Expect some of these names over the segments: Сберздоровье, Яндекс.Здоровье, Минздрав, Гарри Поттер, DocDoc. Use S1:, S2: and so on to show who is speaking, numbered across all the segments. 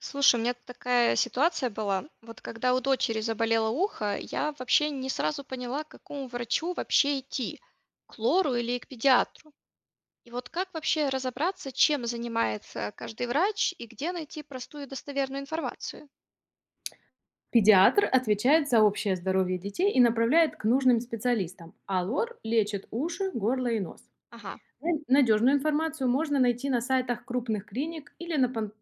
S1: Слушай, у меня такая ситуация была. Вот когда у дочери заболело ухо, я вообще не сразу поняла, к какому врачу вообще идти, к лору или к педиатру. И вот как вообще разобраться, чем занимается каждый врач и где найти простую и достоверную информацию?
S2: Педиатр отвечает за общее здоровье детей и направляет к нужным специалистам, а лор лечит уши, горло и нос.
S1: Ага,
S2: Надежную информацию можно найти на сайтах крупных клиник или на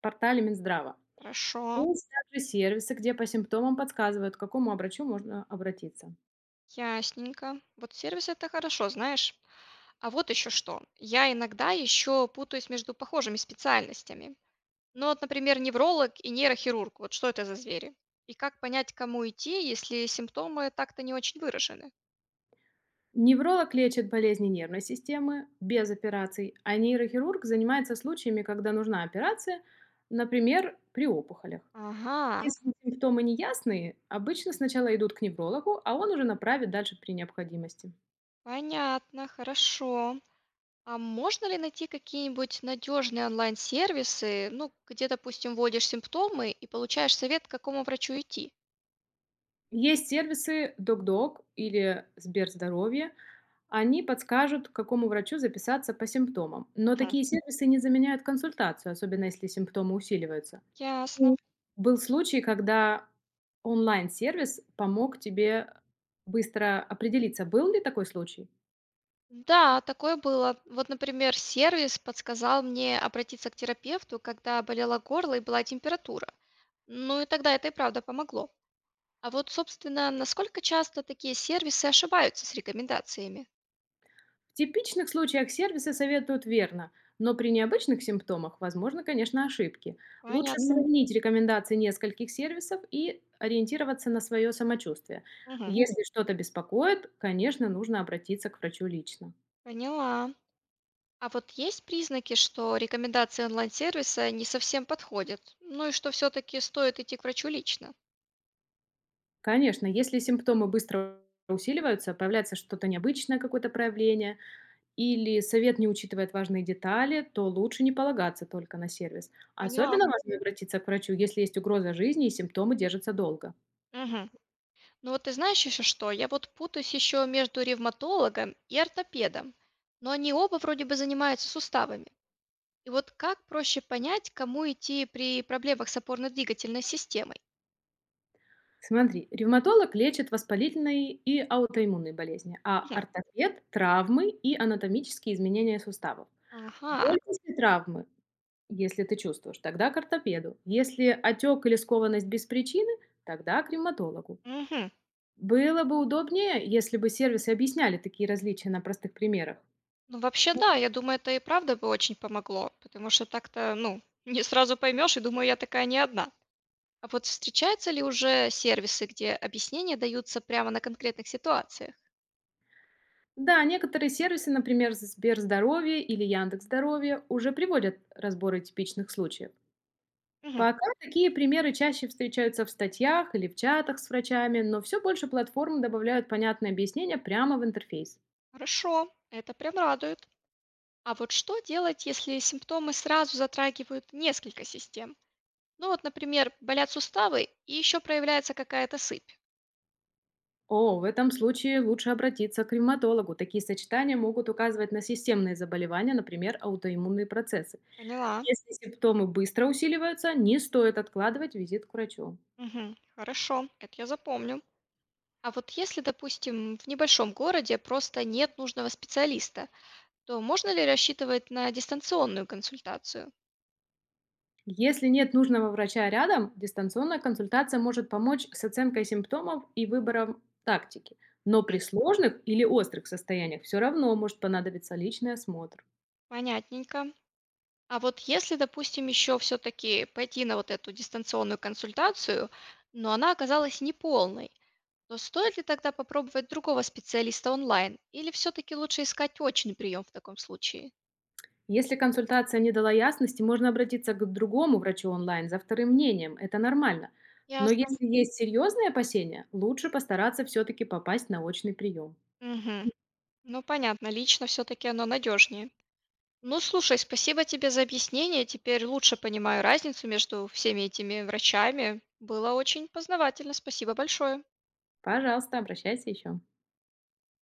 S2: портале Минздрава.
S1: хорошо,
S2: Есть также сервисы, где по симптомам подсказывают, к какому врачу можно обратиться.
S1: ясненько. Вот сервис это хорошо, знаешь. А вот еще что. Я иногда еще путаюсь между похожими специальностями. Ну вот, например, невролог и нейрохирург. Вот что это за звери? И как понять, к кому идти, если симптомы так-то не очень выражены?
S2: Невролог лечит болезни нервной системы без операций, а нейрохирург занимается случаями, когда нужна операция, например, при опухолях.
S1: Ага,
S2: Если симптомы неясные, обычно сначала идут к неврологу, а он уже направит дальше при необходимости.
S1: понятно, хорошо. А можно ли найти какие-нибудь надежные онлайн-сервисы, ну, где, допустим, вводишь симптомы и получаешь совет, к какому врачу идти?
S2: Есть сервисы DocDoc или Сберздоровье. Они подскажут, к какому врачу записаться по симптомам. Но
S1: Мгм.
S2: такие сервисы не заменяют консультацию, особенно если симптомы усиливаются.
S1: Ясно.
S2: М. Был случай, когда онлайн-сервис помог тебе быстро определиться, был ли такой случай?
S1: Да, такое было. Вот, например, сервис подсказал мне обратиться к терапевту, когда болело горло и была температура. Ну и тогда это и правда помогло. А вот, собственно, насколько часто такие сервисы ошибаются с рекомендациями?
S2: В типичных случаях сервисы советуют верно, но при необычных симптомах возможны, конечно, ошибки. Лучше Мгм.
S1: Понятно.
S2: Сравнить рекомендации нескольких сервисов и ориентироваться на свое самочувствие.
S1: Мгм.
S2: Если что-то беспокоит, конечно, нужно обратиться к врачу лично.
S1: Поняла. А вот есть признаки, что рекомендации онлайн-сервиса не совсем подходят? Ну и что все-таки стоит идти к врачу лично?
S2: Конечно, если симптомы быстро усиливаются, появляется что-то необычное, какое-то проявление, или совет не учитывает важные детали, то лучше не полагаться только на сервис.
S1: Поняла.
S2: Особенно важно обратиться к врачу, если есть угроза жизни и симптомы держатся долго.
S1: Мгм. Ну вот ты знаешь еще что? Я вот путаюсь еще между ревматологом и ортопедом. Но они оба вроде бы занимаются суставами. И вот как проще понять, кому идти при проблемах с опорно-двигательной системой?
S2: Смотри, ревматолог лечит воспалительные и аутоиммунные болезни, а
S1: Мгм.
S2: ортопед– травмы и анатомические изменения суставов.
S1: Ага.
S2: Боль после травмы, если ты чувствуешь, тогда к ортопеду. Если отек или скованность без причины, тогда к ревматологу.
S1: Мгм.
S2: Было бы удобнее, если бы сервисы объясняли такие различия на простых примерах.
S1: Ну, вообще, да, я думаю, это и правда бы очень помогло, потому что так-то, ну, не сразу поймешь, и думаю, я такая не одна. А вот встречаются ли уже сервисы, где объяснения даются прямо на конкретных ситуациях?
S2: Да, некоторые сервисы, например, Сберздоровье или Яндекс.Здоровье, уже приводят разборы типичных случаев.
S1: Мгм.
S2: Пока такие примеры чаще встречаются в статьях или в чатах с врачами, но все больше платформ добавляют понятные объяснения прямо в интерфейс.
S1: Хорошо, это прям радует. А вот что делать, если симптомы сразу затрагивают несколько систем? Ну вот, например, болят суставы и еще проявляется какая-то сыпь.
S2: О, в этом случае лучше обратиться к ревматологу. Такие сочетания могут указывать на системные заболевания, например, аутоиммунные процессы.
S1: Поняла.
S2: Если симптомы быстро усиливаются, не стоит откладывать визит к врачу.
S1: Мгм. Хорошо, это я запомню. А вот если, допустим, в небольшом городе просто нет нужного специалиста, то можно ли рассчитывать на дистанционную консультацию?
S2: Если нет нужного врача рядом, дистанционная консультация может помочь с оценкой симптомов и выбором тактики. Но при
S1: Мгм.
S2: сложных или острых состояниях все равно может понадобиться личный осмотр.
S1: Понятненько. А вот если, допустим, еще все-таки пойти на вот эту дистанционную консультацию, но она оказалась неполной, то стоит ли тогда попробовать другого специалиста онлайн? Или все-таки лучше искать очный прием в таком случае?
S2: Если консультация не дала ясности, можно обратиться к другому врачу онлайн за вторым мнением. Это нормально. Но
S1: Ясно.
S2: если есть серьезные опасения, лучше постараться все-таки попасть на очный прием.
S1: Мгм. Ну, понятно, лично все-таки оно надежнее. Ну, слушай, спасибо тебе за объяснение. Теперь лучше понимаю разницу между всеми этими врачами. Было очень познавательно. Спасибо большое.
S2: Пожалуйста, обращайся еще.